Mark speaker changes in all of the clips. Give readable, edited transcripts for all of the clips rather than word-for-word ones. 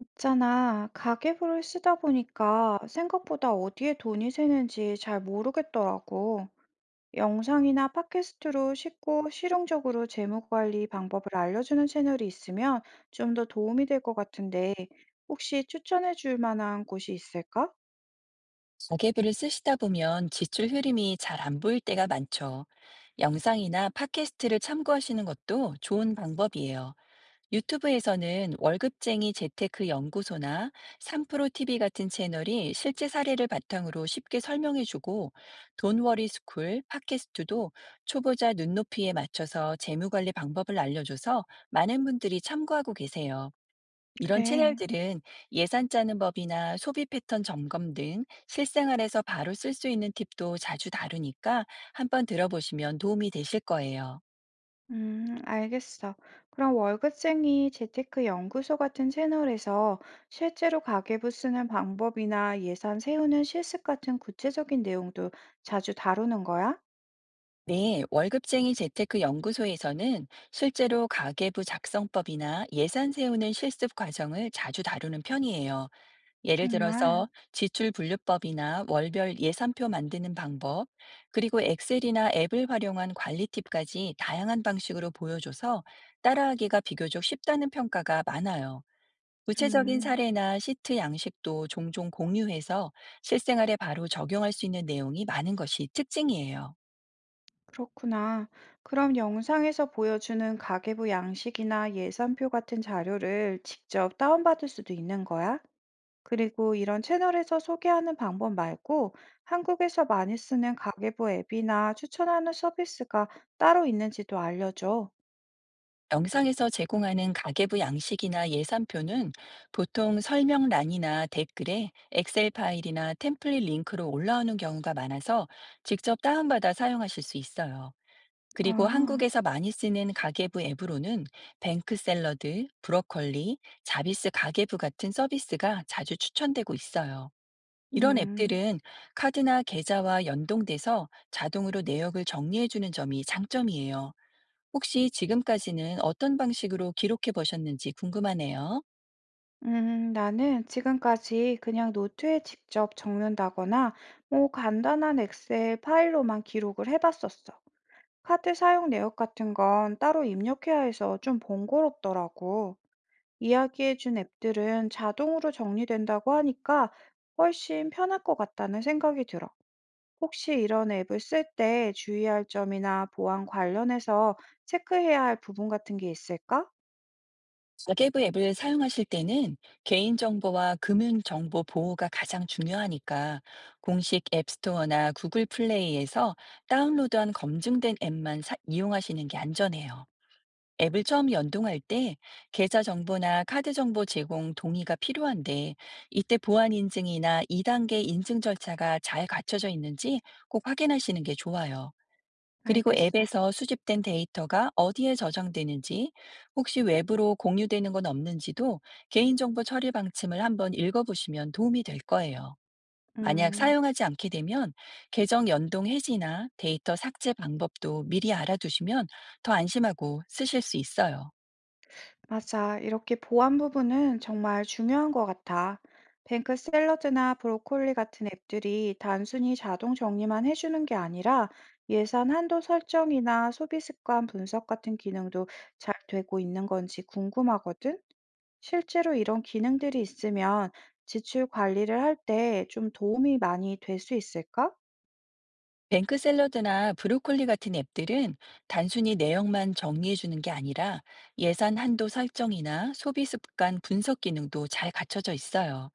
Speaker 1: 있잖아, 가계부를 쓰다 보니까 생각보다 어디에 돈이 새는지 잘 모르겠더라고. 영상이나 팟캐스트로 쉽고 실용적으로 재무 관리 방법을 알려주는 채널이 있으면 좀 더 도움이 될 것 같은데, 혹시 추천해 줄 만한 곳이 있을까?
Speaker 2: 가계부를 쓰시다 보면 지출 흐름이 잘 안 보일 때가 많죠. 영상이나 팟캐스트를 참고하시는 것도 좋은 방법이에요. 유튜브에서는 월급쟁이 재테크 연구소나 3프로 TV 같은 채널이 실제 사례를 바탕으로 쉽게 설명해주고, 돈워리 스쿨 팟캐스트도 초보자 눈높이에 맞춰서 재무관리 방법을 알려줘서 많은 분들이 참고하고 계세요. 이런
Speaker 1: 그래.
Speaker 2: 채널들은 예산 짜는 법이나 소비 패턴 점검 등 실생활에서 바로 쓸 수 있는 팁도 자주 다루니까 한번 들어보시면 도움이 되실 거예요.
Speaker 1: 알겠어. 그럼 월급쟁이 재테크 연구소 같은 채널에서 실제로 가계부 쓰는 방법이나 예산 세우는 실습 같은 구체적인 내용도 자주 다루는 거야?
Speaker 2: 네, 월급쟁이 재테크 연구소에서는 실제로 가계부 작성법이나 예산 세우는 실습 과정을 자주 다루는 편이에요. 예를
Speaker 1: 정말?
Speaker 2: 들어서 지출 분류법이나 월별 예산표 만드는 방법, 그리고 엑셀이나 앱을 활용한 관리 팁까지 다양한 방식으로 보여줘서 따라하기가 비교적 쉽다는 평가가 많아요. 구체적인
Speaker 1: 음,
Speaker 2: 사례나 시트 양식도 종종 공유해서 실생활에 바로 적용할 수 있는 내용이 많은 것이 특징이에요.
Speaker 1: 그렇구나. 그럼 영상에서 보여주는 가계부 양식이나 예산표 같은 자료를 직접 다운받을 수도 있는 거야? 그리고 이런 채널에서 소개하는 방법 말고 한국에서 많이 쓰는 가계부 앱이나 추천하는 서비스가 따로 있는지도 알려줘.
Speaker 2: 영상에서 제공하는 가계부 양식이나 예산표는 보통 설명란이나 댓글에 엑셀 파일이나 템플릿 링크로 올라오는 경우가 많아서 직접 다운받아 사용하실 수 있어요. 그리고
Speaker 1: 아.
Speaker 2: 한국에서 많이 쓰는 가계부 앱으로는 뱅크 샐러드, 브로콜리, 자비스 가계부 같은 서비스가 자주 추천되고 있어요. 이런
Speaker 1: 음.
Speaker 2: 앱들은 카드나 계좌와 연동돼서 자동으로 내역을 정리해주는 점이 장점이에요. 혹시 지금까지는 어떤 방식으로 기록해 보셨는지 궁금하네요.
Speaker 1: 나는 지금까지 그냥 노트에 직접 적는다거나 뭐 간단한 엑셀 파일로만 기록을 해봤었어. 카드 사용 내역 같은 건 따로 입력해야 해서 좀 번거롭더라고. 이야기해준 앱들은 자동으로 정리된다고 하니까 훨씬 편할 것 같다는 생각이 들어. 혹시 이런 앱을 쓸 때 주의할 점이나 보안 관련해서 체크해야 할 부분 같은 게 있을까?
Speaker 2: 자계부 앱을 사용하실 때는 개인정보와 금융정보 보호가 가장 중요하니까 공식 앱스토어나 구글 플레이에서 다운로드한 검증된 앱만 이용하시는 게 안전해요. 앱을 처음 연동할 때 계좌 정보나 카드 정보 제공 동의가 필요한데, 이때 보안 인증이나 2단계 인증 절차가 잘 갖춰져 있는지 꼭 확인하시는 게 좋아요. 그리고
Speaker 1: 알겠어.
Speaker 2: 앱에서 수집된 데이터가 어디에 저장되는지, 혹시 외부로 공유되는 건 없는지도 개인정보 처리 방침을 한번 읽어보시면 도움이 될 거예요. 만약
Speaker 1: 음.
Speaker 2: 사용하지 않게 되면 계정 연동 해지나 데이터 삭제 방법도 미리 알아두시면 더 안심하고 쓰실 수 있어요.
Speaker 1: 맞아. 이렇게 보안 부분은 정말 중요한 것 같아. 뱅크 샐러드나 브로콜리 같은 앱들이 단순히 자동 정리만 해주는 게 아니라 예산 한도 설정이나 소비 습관 분석 같은 기능도 잘 되고 있는 건지 궁금하거든? 실제로 이런 기능들이 있으면 지출 관리를 할 때 좀 도움이 많이 될 수 있을까?
Speaker 2: 뱅크 샐러드나 브로콜리 같은 앱들은 단순히 내용만 정리해주는 게 아니라 예산 한도 설정이나 소비 습관 분석 기능도 잘 갖춰져 있어요.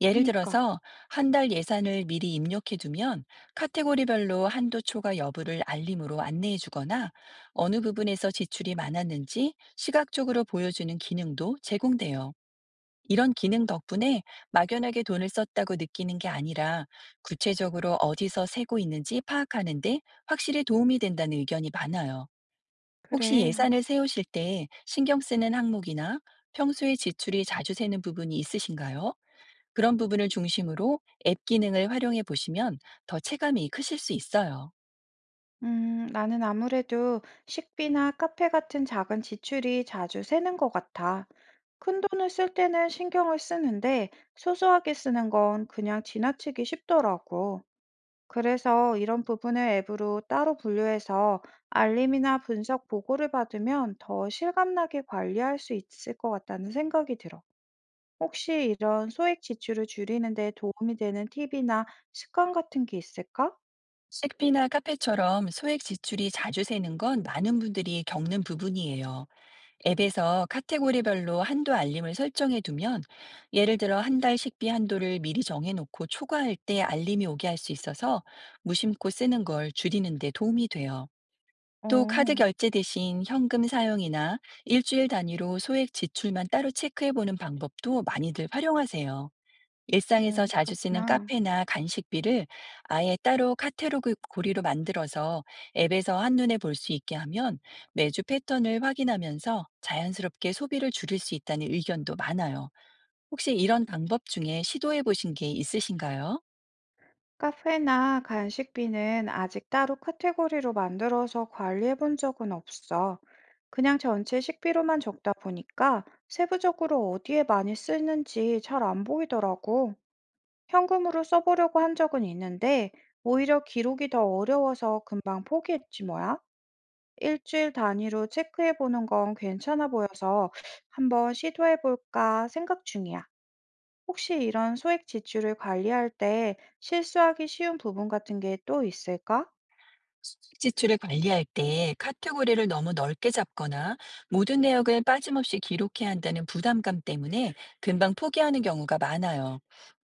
Speaker 2: 예를
Speaker 1: 그니까.
Speaker 2: 들어서 한 달 예산을 미리 입력해 두면 카테고리별로 한도 초과 여부를 알림으로 안내해 주거나 어느 부분에서 지출이 많았는지 시각적으로 보여주는 기능도 제공돼요. 이런 기능 덕분에 막연하게 돈을 썼다고 느끼는 게 아니라 구체적으로 어디서 세고 있는지 파악하는데 확실히 도움이 된다는 의견이 많아요. 혹시
Speaker 1: 그래.
Speaker 2: 예산을 세우실 때 신경 쓰는 항목이나 평소에 지출이 자주 새는 부분이 있으신가요? 그런 부분을 중심으로 앱 기능을 활용해 보시면 더 체감이 크실 수 있어요.
Speaker 1: 나는 아무래도 식비나 카페 같은 작은 지출이 자주 새는 것 같아. 큰돈을 쓸 때는 신경을 쓰는데 소소하게 쓰는 건 그냥 지나치기 쉽더라고. 그래서 이런 부분을 앱으로 따로 분류해서 알림이나 분석 보고를 받으면 더 실감나게 관리할 수 있을 것 같다는 생각이 들어. 혹시 이런 소액 지출을 줄이는 데 도움이 되는 팁이나 습관 같은 게 있을까?
Speaker 2: 식비나 카페처럼 소액 지출이 자주 새는 건 많은 분들이 겪는 부분이에요. 앱에서 카테고리별로 한도 알림을 설정해 두면, 예를 들어 한 달 식비 한도를 미리 정해놓고 초과할 때 알림이 오게 할 수 있어서 무심코 쓰는 걸 줄이는 데 도움이 돼요.
Speaker 1: 어.
Speaker 2: 또 카드 결제 대신 현금 사용이나 일주일 단위로 소액 지출만 따로 체크해 보는 방법도 많이들 활용하세요. 일상에서 자주 쓰는
Speaker 1: 그렇구나.
Speaker 2: 카페나 간식비를 아예 따로 카테고리 고리로 만들어서 앱에서 한눈에 볼 수 있게 하면 매주 패턴을 확인하면서 자연스럽게 소비를 줄일 수 있다는 의견도 많아요. 혹시 이런 방법 중에 시도해 보신 게 있으신가요?
Speaker 1: 카페나 간식비는 아직 따로 카테고리로 만들어서 관리해 본 적은 없어. 그냥 전체 식비로만 적다 보니까 세부적으로 어디에 많이 쓰는지 잘 안 보이더라고. 현금으로 써보려고 한 적은 있는데 오히려 기록이 더 어려워서 금방 포기했지 뭐야. 일주일 단위로 체크해 보는 건 괜찮아 보여서 한번 시도해 볼까 생각 중이야. 혹시 이런 소액 지출을 관리할 때 실수하기 쉬운 부분 같은 게 또 있을까?
Speaker 2: 지출을 관리할 때 카테고리를 너무 넓게 잡거나 모든 내역을 빠짐없이 기록해야 한다는 부담감 때문에 금방 포기하는 경우가 많아요.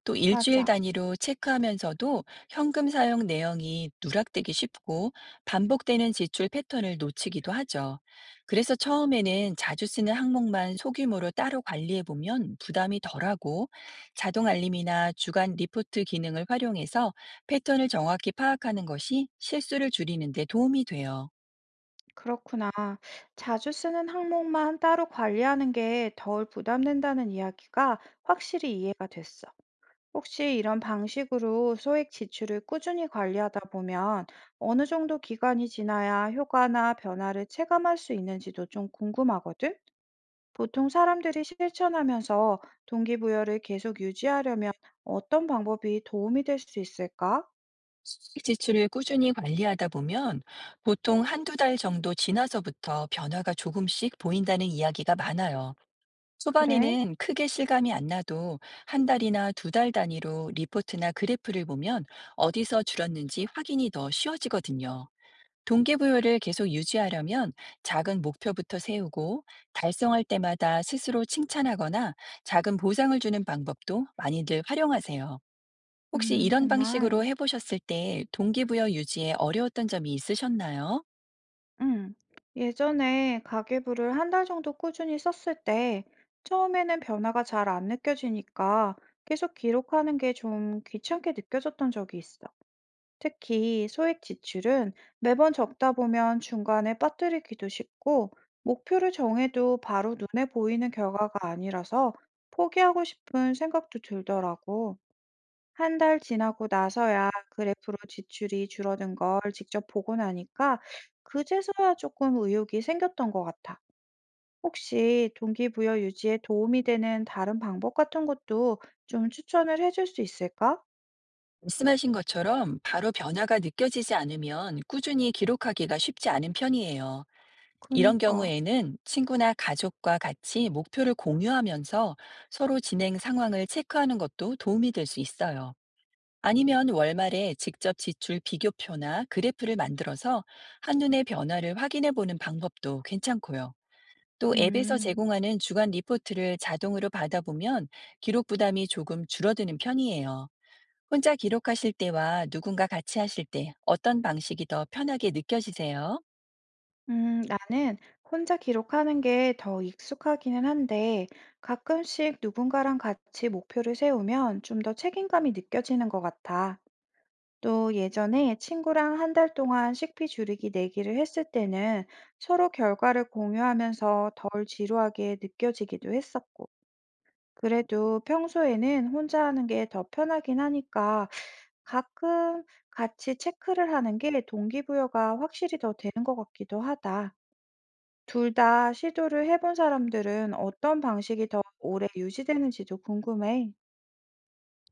Speaker 2: 또 일주일
Speaker 1: 맞아.
Speaker 2: 단위로 체크하면서도 현금 사용 내용이 누락되기 쉽고 반복되는 지출 패턴을 놓치기도 하죠. 그래서 처음에는 자주 쓰는 항목만 소규모로 따로 관리해 보면 부담이 덜하고 자동 알림이나 주간 리포트 기능을 활용해서 패턴을 정확히 파악하는 것이 실수를 줄이는 데 도움이 돼요.
Speaker 1: 그렇구나. 자주 쓰는 항목만 따로 관리하는 게 덜 부담된다는 이야기가 확실히 이해가 됐어. 혹시 이런 방식으로 소액 지출을 꾸준히 관리하다 보면 어느 정도 기간이 지나야 효과나 변화를 체감할 수 있는지도 좀 궁금하거든? 보통 사람들이 실천하면서 동기부여를 계속 유지하려면 어떤 방법이 도움이 될 수 있을까?
Speaker 2: 수익 지출을 꾸준히 관리하다 보면 보통 한두 달 정도 지나서부터 변화가 조금씩 보인다는 이야기가 많아요.
Speaker 1: 그래?
Speaker 2: 초반에는 크게 실감이 안 나도 한 달이나 두 달 단위로 리포트나 그래프를 보면 어디서 줄었는지 확인이 더 쉬워지거든요. 동기부여를 계속 유지하려면 작은 목표부터 세우고 달성할 때마다 스스로 칭찬하거나 작은 보상을 주는 방법도 많이들 활용하세요. 혹시 이런
Speaker 1: 정말.
Speaker 2: 방식으로 해보셨을 때 동기부여 유지에 어려웠던 점이 있으셨나요?
Speaker 1: 음, 예전에 가계부를 한 달 정도 꾸준히 썼을 때 처음에는 변화가 잘 안 느껴지니까 계속 기록하는 게 좀 귀찮게 느껴졌던 적이 있어. 특히 소액 지출은 매번 적다 보면 중간에 빠뜨리기도 쉽고 목표를 정해도 바로 눈에 보이는 결과가 아니라서 포기하고 싶은 생각도 들더라고. 한 달 지나고 나서야 그래프로 지출이 줄어든 걸 직접 보고 나니까 그제서야 조금 의욕이 생겼던 것 같아. 혹시 동기부여 유지에 도움이 되는 다른 방법 같은 것도 좀 추천을 해줄 수 있을까?
Speaker 2: 말씀하신 것처럼 바로 변화가 느껴지지 않으면 꾸준히 기록하기가 쉽지 않은 편이에요. 이런
Speaker 1: 그러니까.
Speaker 2: 경우에는 친구나 가족과 같이 목표를 공유하면서 서로 진행 상황을 체크하는 것도 도움이 될 수 있어요. 아니면 월말에 직접 지출 비교표나 그래프를 만들어서 한눈에 변화를 확인해 보는 방법도 괜찮고요. 또 앱에서
Speaker 1: 음,
Speaker 2: 제공하는 주간 리포트를 자동으로 받아보면 기록 부담이 조금 줄어드는 편이에요. 혼자 기록하실 때와 누군가 같이 하실 때 어떤 방식이 더 편하게 느껴지세요?
Speaker 1: 음, 나는 혼자 기록하는 게 더 익숙하기는 한데 가끔씩 누군가랑 같이 목표를 세우면 좀 더 책임감이 느껴지는 것 같아. 또 예전에 친구랑 한 달 동안 식비 줄이기 내기를 했을 때는 서로 결과를 공유하면서 덜 지루하게 느껴지기도 했었고, 그래도 평소에는 혼자 하는 게 더 편하긴 하니까 가끔 같이 체크를 하는 게 동기부여가 확실히 더 되는 것 같기도 하다. 둘 다 시도를 해본 사람들은 어떤 방식이 더 오래 유지되는지도 궁금해.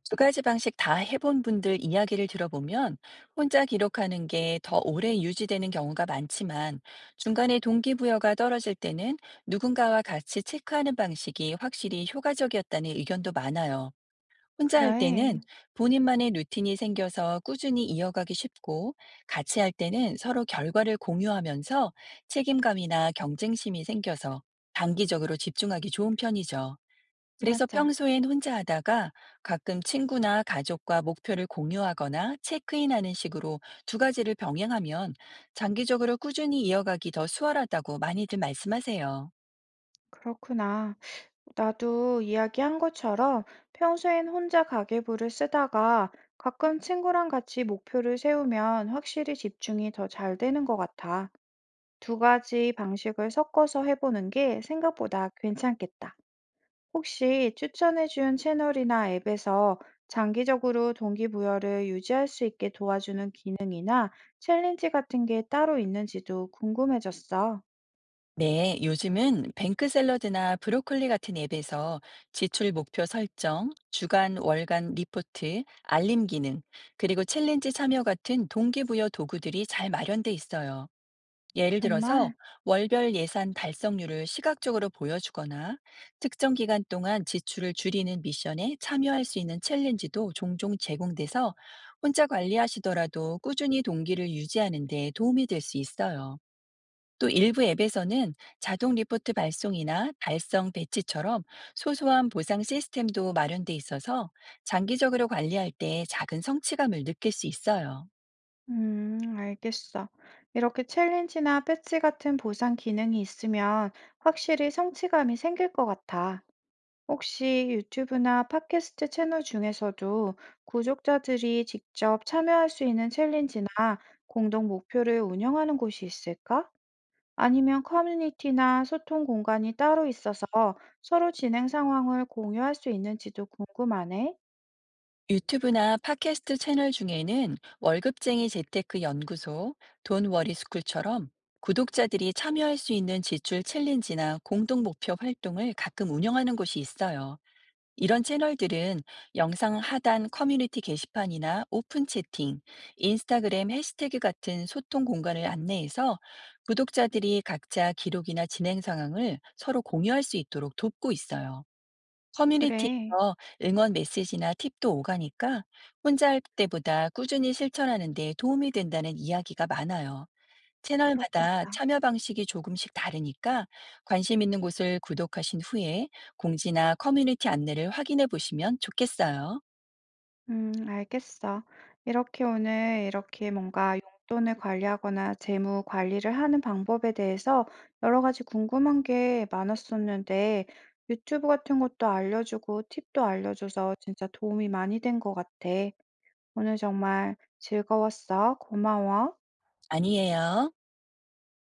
Speaker 2: 두 가지 방식 다 해본 분들 이야기를 들어보면 혼자 기록하는 게 더 오래 유지되는 경우가 많지만 중간에 동기부여가 떨어질 때는 누군가와 같이 체크하는 방식이 확실히 효과적이었다는 의견도 많아요. 혼자 할
Speaker 1: 그래.
Speaker 2: 때는 본인만의 루틴이 생겨서 꾸준히 이어가기 쉽고, 같이 할 때는 서로 결과를 공유하면서 책임감이나 경쟁심이 생겨서 단기적으로 집중하기 좋은 편이죠. 그래서
Speaker 1: 맞아.
Speaker 2: 평소엔 혼자 하다가 가끔 친구나 가족과 목표를 공유하거나 체크인하는 식으로 두 가지를 병행하면 장기적으로 꾸준히 이어가기 더 수월하다고 많이들 말씀하세요.
Speaker 1: 그렇구나. 나도 이야기한 것처럼 평소엔 혼자 가계부를 쓰다가 가끔 친구랑 같이 목표를 세우면 확실히 집중이 더 잘 되는 것 같아. 두 가지 방식을 섞어서 해보는 게 생각보다 괜찮겠다. 혹시 추천해준 채널이나 앱에서 장기적으로 동기부여를 유지할 수 있게 도와주는 기능이나 챌린지 같은 게 따로 있는지도 궁금해졌어.
Speaker 2: 네, 요즘은 뱅크 샐러드나 브로콜리 같은 앱에서 지출 목표 설정, 주간, 월간 리포트, 알림 기능, 그리고 챌린지 참여 같은 동기부여 도구들이 잘 마련돼 있어요. 예를 들어서
Speaker 1: 정말?
Speaker 2: 월별 예산 달성률을 시각적으로 보여주거나 특정 기간 동안 지출을 줄이는 미션에 참여할 수 있는 챌린지도 종종 제공돼서 혼자 관리하시더라도 꾸준히 동기를 유지하는 데 도움이 될 수 있어요. 또 일부 앱에서는 자동 리포트 발송이나 달성 배치처럼 소소한 보상 시스템도 마련돼 있어서 장기적으로 관리할 때 작은 성취감을 느낄 수 있어요.
Speaker 1: 알겠어. 이렇게 챌린지나 패치 같은 보상 기능이 있으면 확실히 성취감이 생길 것 같아. 혹시 유튜브나 팟캐스트 채널 중에서도 구독자들이 직접 참여할 수 있는 챌린지나 공동 목표를 운영하는 곳이 있을까? 아니면 커뮤니티나 소통 공간이 따로 있어서 서로 진행 상황을 공유할 수 있는지도 궁금하네.
Speaker 2: 유튜브나 팟캐스트 채널 중에는 월급쟁이 재테크 연구소, 돈워리 스쿨처럼 구독자들이 참여할 수 있는 지출 챌린지나 공동 목표 활동을 가끔 운영하는 곳이 있어요. 이런 채널들은 영상 하단 커뮤니티 게시판이나 오픈 채팅, 인스타그램 해시태그 같은 소통 공간을 안내해서 구독자들이 각자 기록이나 진행 상황을 서로 공유할 수 있도록 돕고 있어요. 커뮤니티에서
Speaker 1: 그래.
Speaker 2: 응원 메시지나 팁도 오가니까 혼자 할 때보다 꾸준히 실천하는 데 도움이 된다는 이야기가 많아요. 채널마다
Speaker 1: 그렇겠다.
Speaker 2: 참여 방식이 조금씩 다르니까 관심 있는 곳을 구독하신 후에 공지나 커뮤니티 안내를 확인해 보시면 좋겠어요.
Speaker 1: 알겠어. 이렇게 오늘 이렇게 뭔가 용돈을 관리하거나 재무 관리를 하는 방법에 대해서 여러 가지 궁금한 게 많았었는데 유튜브 같은 것도 알려주고 팁도 알려줘서 진짜 도움이 많이 된 것 같아. 오늘 정말 즐거웠어. 고마워.
Speaker 2: 아니에요.